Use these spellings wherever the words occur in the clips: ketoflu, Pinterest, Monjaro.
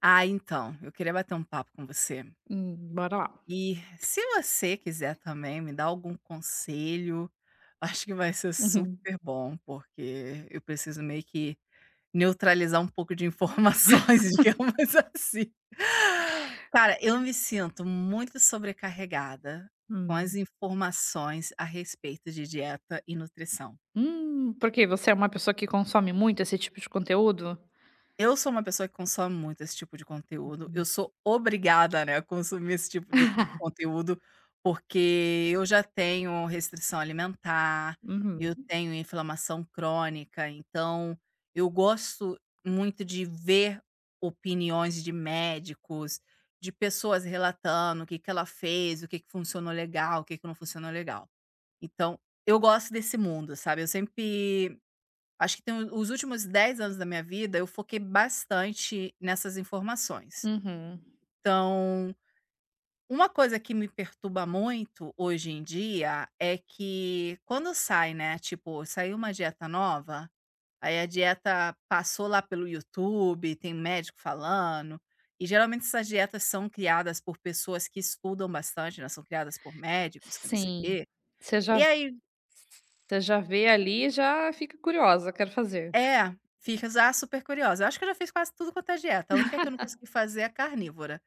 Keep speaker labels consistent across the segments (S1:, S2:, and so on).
S1: Ah, então, eu queria bater um papo com você.
S2: Bora lá.
S1: E se você quiser também me dar algum conselho, acho que vai ser
S2: Uhum.
S1: super bom, porque eu preciso meio que neutralizar um pouco de informações, digamos assim. Cara, eu me sinto muito sobrecarregada com as
S2: Hum.
S1: informações a respeito de dieta e nutrição.
S2: Por Você é uma pessoa que consome muito esse tipo de conteúdo?
S1: Eu sou uma pessoa que consome muito esse tipo de conteúdo, eu
S2: Hum.
S1: sou obrigada, né, a consumir esse tipo de conteúdo, porque eu já tenho restrição alimentar,
S2: Uhum,
S1: eu tenho inflamação crônica, então eu gosto muito de ver opiniões de médicos, de pessoas relatando o que que ela fez, o que que funcionou legal, o que que não funcionou legal. Então, eu gosto desse mundo, sabe, eu sempre acho que tem o os últimos 10 anos da minha vida, eu foquei bastante nessas informações.
S2: uhum.
S1: Então, uma coisa que me perturba muito hoje em dia é que quando sai, né, tipo, saiu uma dieta nova, aí a dieta passou lá pelo YouTube, tem médico falando, e geralmente essas dietas são criadas por pessoas que estudam bastante, né, são criadas por médicos, que não sei o
S2: Sim.
S1: quê.
S2: Você já
S1: E aí
S2: você já vê ali e já fica curiosa, quero fazer.
S1: é, fica já super curiosa. Eu acho que eu já fiz quase tudo quanto é dieta, a única que eu não consegui fazer é a carnívora,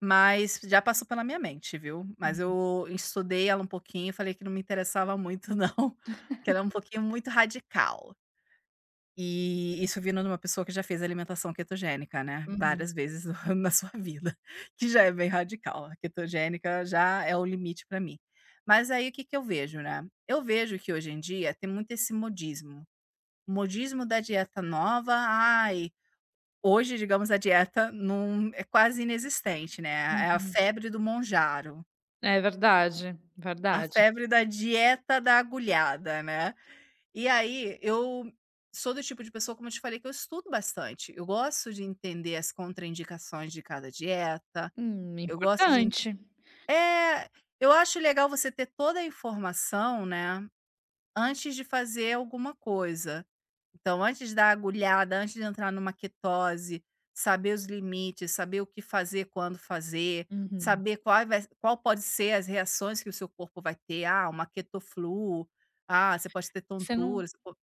S1: mas já passou pela minha mente, viu. Mas
S2: Hum.
S1: eu estudei ela um pouquinho, falei que não me interessava muito não, que ela é um pouquinho muito radical. E isso vindo de uma pessoa que já fez alimentação cetogênica, né,
S2: Uhum,
S1: várias vezes na sua vida, que já é bem radical, a cetogênica já é o limite para mim. Mas aí o que que eu vejo, né, eu vejo que hoje em dia tem muito esse modismo, o modismo da dieta nova. Ai, hoje, digamos, a dieta não é quase inexistente, né, é a
S2: uhum.
S1: febre do monjaro,
S2: É verdade,
S1: a
S2: verdade.
S1: febre da dieta da agulhada, né. E aí, eu sou do tipo de pessoa, como eu te falei, que eu estudo bastante, eu gosto de entender as contraindicações de cada dieta, eu gosto de en-
S2: Importante.
S1: é, eu acho legal você ter toda a informação, né, antes de fazer alguma coisa. Então, antes da agulhada, antes de entrar numa ketose, saber os limites, saber o que fazer, quando fazer,
S2: Uhum.
S1: saber qual, vai, qual pode ser as reações que o seu corpo vai ter. Ah, uma ketoflu, ah, você pode ter
S2: Você não
S1: tontura,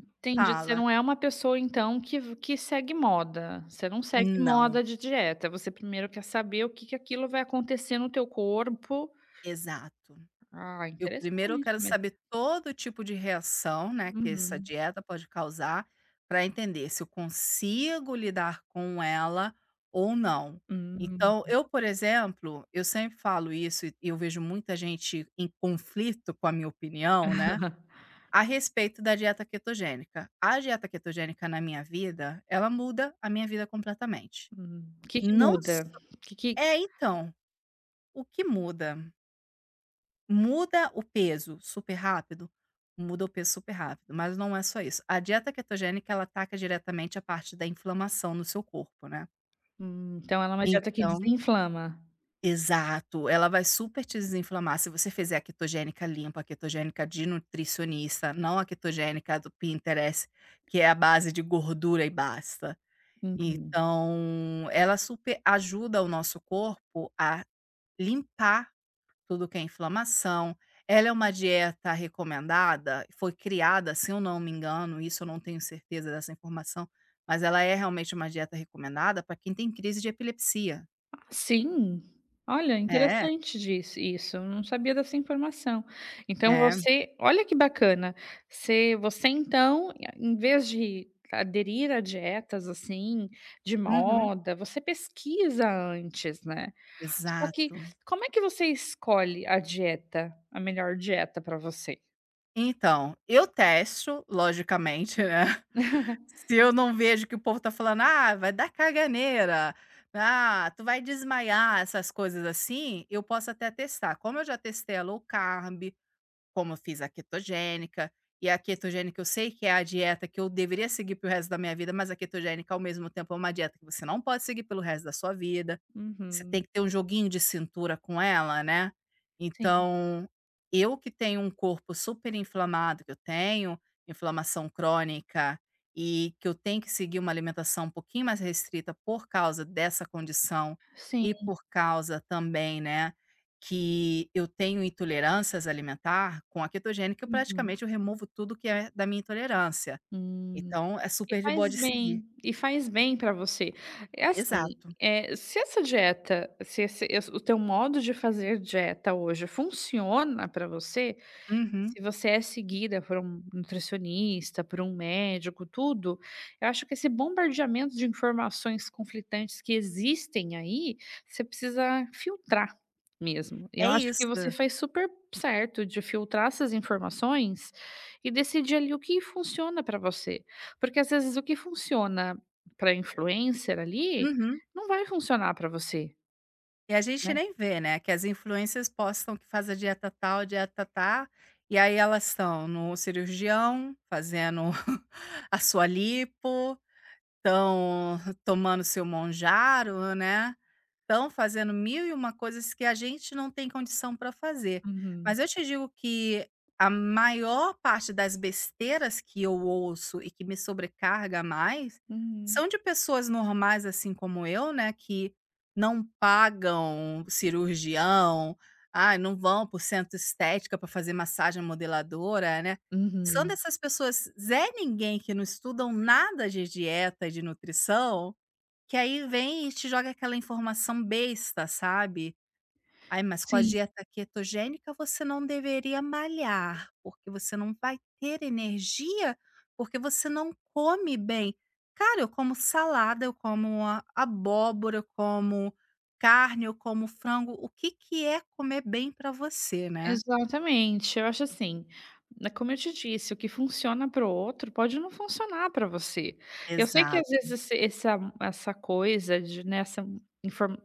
S2: Entendi, você
S1: fala.
S2: não é uma pessoa então que segue moda, você não segue
S1: Não,
S2: moda de dieta, você primeiro quer saber o que que aquilo vai acontecer no teu corpo.
S1: exato.
S2: Ah,
S1: Eu primeiro eu
S2: interessante,
S1: quero
S2: mas
S1: saber todo tipo de reação, né, que essa
S2: uhum.
S1: dieta pode causar, para entender se eu consigo lidar com ela ou não.
S2: Hum.
S1: Então, eu, por exemplo, eu sempre falo isso e eu vejo muita gente em conflito com a minha opinião, né, a respeito da dieta ketogênica. A dieta ketogênica na minha vida, ela muda a minha vida completamente.
S2: Hum. O que que
S1: Não
S2: muda?
S1: só
S2: O que que
S1: é, então, o que muda? Muda o peso super rápido? Muda o peso super rápido, mas não é só isso. A dieta cetogênica, ela ataca diretamente a parte da inflamação no seu corpo, né.
S2: então ela é uma dieta que
S1: Então
S2: desinflama.
S1: exato, ela vai super te desinflamar. Se você fizer a cetogênica limpa, a cetogênica de nutricionista, não a cetogênica do Pinterest, que é a base de gordura e basta.
S2: Uhum.
S1: Então, ela super ajuda o nosso corpo a limpar tudo que é inflamação. Ela é uma dieta recomendada, foi criada, se eu não me engano, isso eu não tenho certeza dessa informação, mas ela é realmente uma dieta recomendada para quem tem crise de epilepsia.
S2: Sim. Olha,
S1: É,
S2: interessante disso isso, eu não sabia dessa informação. Então,
S1: é.
S2: você olha que bacana. Se você então, em vez de aderir a dietas, assim, de
S1: Uhum.
S2: moda, você pesquisa antes, né. Só que
S1: Exato.
S2: como é que você escolhe a dieta, a melhor dieta pra você?
S1: Então, eu testo, logicamente, né. Se eu não vejo que o povo tá falando: "Ah, vai dar caganeira. Ah, tu vai desmaiar", essas coisas assim, eu posso até testar. Como eu já testei a low carb, como eu fiz a ketogênica, e a ketogênica eu sei que é a dieta que eu deveria seguir para resto da minha vida, mas a ketogênica, ao mesmo tempo, é uma dieta que você não pode seguir pelo resto da sua vida. Você
S2: Uhum.
S1: tem que ter um joguinho de cintura com ela, né.
S2: Sim,
S1: Então, eu que tenho um corpo super inflamado, que eu tenho inflamação crônica e que eu tenho que seguir uma alimentação um pouquinho mais restrita por causa dessa condição
S2: sim.
S1: e por causa também, né, que eu tenho intolerâncias alimentar, com a cetogênica eu
S2: Uhum.
S1: praticamente eu removo tudo que é da minha intolerância.
S2: Hum.
S1: Então é super de boa de seguir.
S2: E faz bem para você. É assim,
S1: Exato.
S2: se essa dieta se esse esse- o teu modo de fazer dieta hoje funciona para você,
S1: Uhum.
S2: se você é seguida por um nutricionista, por um médico, tudo. Eu acho que esse bombardeamento de informações conflitantes que existem aí, você precisa filtrar mesmo.
S1: É
S2: Eu acho que você
S1: isso.
S2: faz super certo de filtrar essas informações e decidir ali o que funciona para você. Porque às vezes o que funciona para influencer ali,
S1: Uhum.
S2: não vai funcionar para você,
S1: E a gente
S2: né.
S1: nem vê, né, que as influências postam que faz a dieta tal, dieta tá, e aí elas estão no cirurgião, fazendo a sua lipo, estão tomando seu monjaro, né, estão fazendo mil e uma coisas que a gente não tem condição para fazer.
S2: Uhum,
S1: Mas eu te digo que a maior parte das besteiras que eu ouço e que me sobrecarga mais,
S2: uhum,
S1: são de pessoas normais, assim como eu, né, que não pagam cirurgião, ah, não vão por o centro estética para fazer massagem modeladora, né. São
S2: uhum.
S1: dessas pessoas Zé ninguém que não estudam nada de dieta e de nutrição, que aí vem e te joga aquela informação besta, sabe. "Ai, mas com a
S2: Sim.
S1: dieta ketogênica você não deveria malhar, porque você não vai ter energia, porque você não come bem". Cara, eu como salada, eu como a abóbora, eu como carne, eu como frango. O que que é comer bem para você, né?
S2: Exatamente. Eu acho assim, né, como eu te disse, o que funciona para o outro pode não funcionar para você. Eu sei que às
S1: Exato.
S2: vezes esse essa essa coisa de, nessa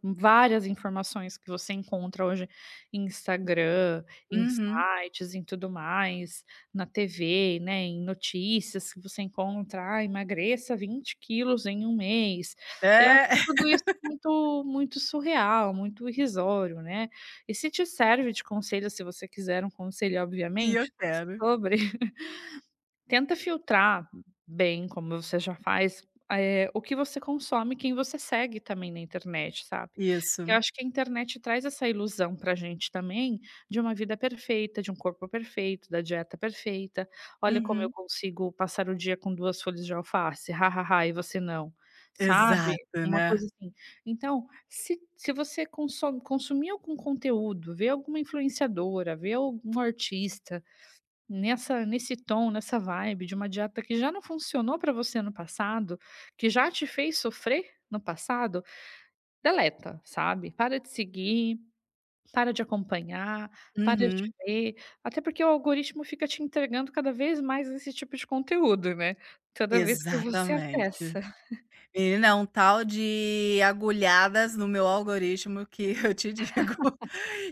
S2: várias informações que você encontra hoje em Instagram, em
S1: Uhum.
S2: sites, em tudo mais, na TV, né, em notícias que você encontra: "Ah, emagreça 20 quilos em 1 mês". Eu acho
S1: É,
S2: tudo isso muito muito surreal, muito irrisório, né. E se te serve de conselho, se você quiser um conselho,
S1: e eu
S2: obviamente,
S1: quero.
S2: sobre tenta filtrar bem, como você já faz, o que você consome, quem você segue também na internet, sabe. Porque eu
S1: Isso.
S2: acho que a internet traz essa ilusão pra gente também, de uma vida perfeita, de um corpo perfeito, da dieta perfeita. "Olha como eu
S1: Uhum.
S2: consigo passar o dia com 2 folhas de alface, hahaha, e você não", sabe.
S1: Exato,
S2: Uma
S1: né.
S2: coisa assim. Então, se você consome consumir algum conteúdo, ver alguma influenciadora, ver algum artista, Nessa nesse tom, nessa vibe de uma dieta que já não funcionou para você no passado, que já te fez sofrer no passado, deleta, sabe. Para de seguir, para de acompanhar, para de
S1: Uhum.
S2: ver, até porque o algoritmo fica te entregando cada vez mais esse tipo de conteúdo, né, toda vez que você
S1: Exatamente.
S2: acessa.
S1: Menina, um tal de agulhadas no meu algoritmo que eu te digo,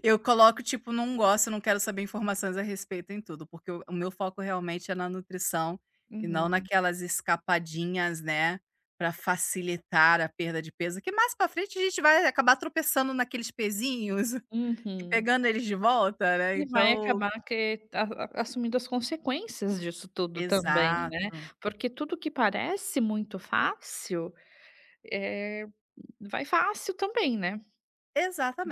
S1: eu coloco tipo não gosto, não quero saber informações a respeito em tudo, porque o meu foco realmente é na nutrição e não
S2: Uhum.
S1: naquelas escapadinhas, né, para facilitar a perda de peso, que mais para frente a gente vai acabar tropeçando naqueles pezinhos e
S2: Uhum.
S1: pegando eles de volta, né,
S2: E vai
S1: então
S2: acabar que a assumindo as consequências disso tudo também, né,
S1: exato,
S2: porque tudo que parece muito fácil, Eh, vai fácil também, né.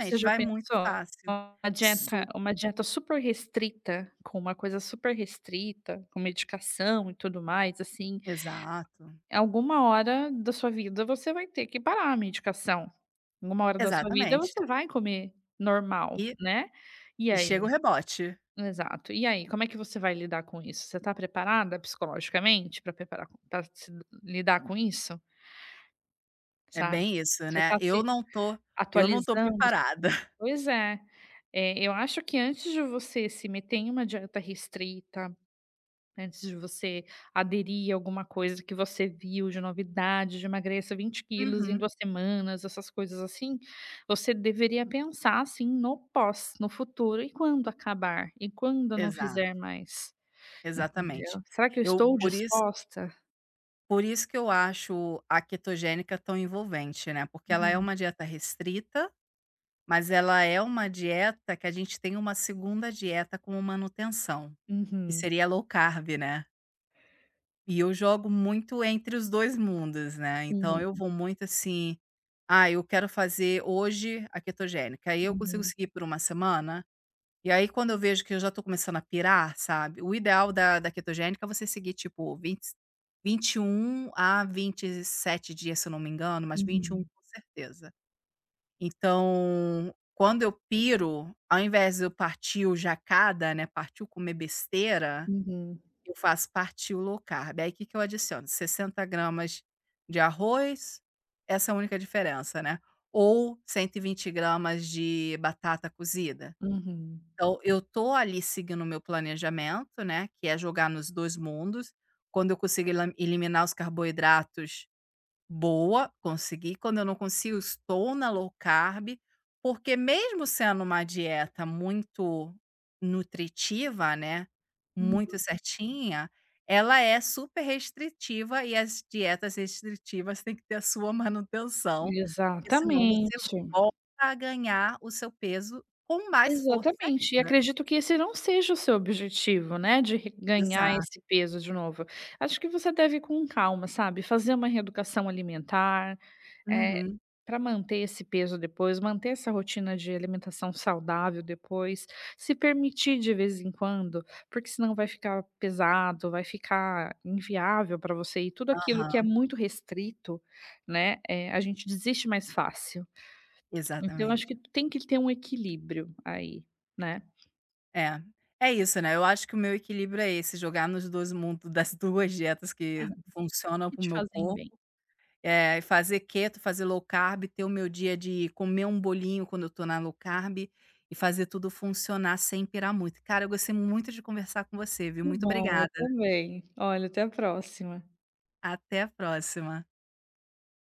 S2: Você já
S1: vai muito
S2: pensou
S1: fácil. Su
S2: uma dieta super restrita, com uma coisa super restrita, com medicação e tudo mais, assim,
S1: Exato,
S2: alguma hora da sua vida você vai ter que parar a medicação. Alguma hora da sua vida
S1: exatamente.
S2: você vai comer normal,
S1: E
S2: né. E
S1: E
S2: aí
S1: chega o rebote.
S2: exato. E aí, como é que você vai lidar com isso? Você está preparada psicologicamente pra preparar pra se lidar com isso,
S1: É
S2: sabe?
S1: bem isso,
S2: Você
S1: né.
S2: está
S1: Eu
S2: se
S1: não tô eu não tô
S2: atualizando.
S1: preparada.
S2: Pois é. Eu acho que antes de você se meter em uma dieta restrita, antes de você aderir a alguma coisa que você viu de novidade, de emagreça 20 quilos em
S1: Uhum.
S2: 2 semanas, essas coisas assim, você deveria pensar, assim, no pós, no futuro. E quando acabar? E quando eu não
S1: Exato,
S2: fizer mais? Entendeu?
S1: exatamente.
S2: Será que eu
S1: Eu
S2: estou
S1: por isso
S2: disposta?
S1: por isso que eu acho a cetogênica tão envolvente, né, porque ela é
S2: Uhum.
S1: uma dieta restrita, mas ela é uma dieta que a gente tem uma segunda dieta como manutenção, que
S2: Uhum.
S1: seria low carb, né. E eu jogo muito entre os 2 mundos, né, então
S2: Uhum.
S1: eu vou muito assim: "Ah, eu quero fazer hoje a cetogênica", aí eu consigo
S2: Uhum.
S1: seguir por uma semana? E aí quando eu vejo que eu já tô começando a pirar, sabe, o ideal da cetogênica é você seguir tipo 21 a 27 dias, se eu não me engano, mas 21
S2: Uhum.
S1: com certeza. Então, quando eu piro, ao invés de eu partir o jacada, né, partir o comer besteira,
S2: Uhum.
S1: eu faço partir o low carb. Aí o que que eu adiciono? 60 gramas de arroz, essa é a única diferença, né, ou 120 gramas de batata cozida.
S2: Uhum.
S1: Então, eu tô ali seguindo o meu planejamento, né, que é jogar nos 2 mundos. Quando eu consigo elam eliminar os carboidratos, boa, consegui. Quando eu não consigo, estou na low carb, porque mesmo sendo uma dieta muito nutritiva, né, muito
S2: Uhum.
S1: certinha, ela é super restritiva e as dietas restritivas têm que ter a sua manutenção, porque senão você
S2: Exatamente.
S1: volta a ganhar o seu peso com mais força
S2: Exatamente, e
S1: ainda.
S2: acredito que esse não seja o seu objetivo, né, de re ganhar
S1: Exato.
S2: esse peso de novo. Acho que você deve ir com calma, sabe, fazer uma reeducação alimentar,
S1: Uhum.
S2: para manter esse peso depois, manter essa rotina de alimentação saudável depois, se permitir de vez em quando, porque senão vai ficar pesado, vai ficar inviável para você e tudo aquilo que é
S1: Aham.
S2: muito restrito, né, a gente desiste mais fácil. Então, eu acho
S1: Exatamente.
S2: que tem que ter um equilíbrio aí, né,
S1: É. É isso, né, eu acho que o meu equilíbrio é esse, jogar nos 2 mundos das 2 dietas que funcionam
S2: que
S1: para o
S2: te
S1: meu
S2: fazem
S1: corpo,
S2: bem.
S1: é fazer keto, fazer low carb, ter o meu dia de comer um bolinho quando eu estou na low carb e fazer tudo funcionar sem pirar muito. Cara, eu gostei muito de conversar com você, viu.
S2: Que
S1: Muito
S2: bom,
S1: obrigada.
S2: eu também. Olha, até a próxima.
S1: Até a próxima.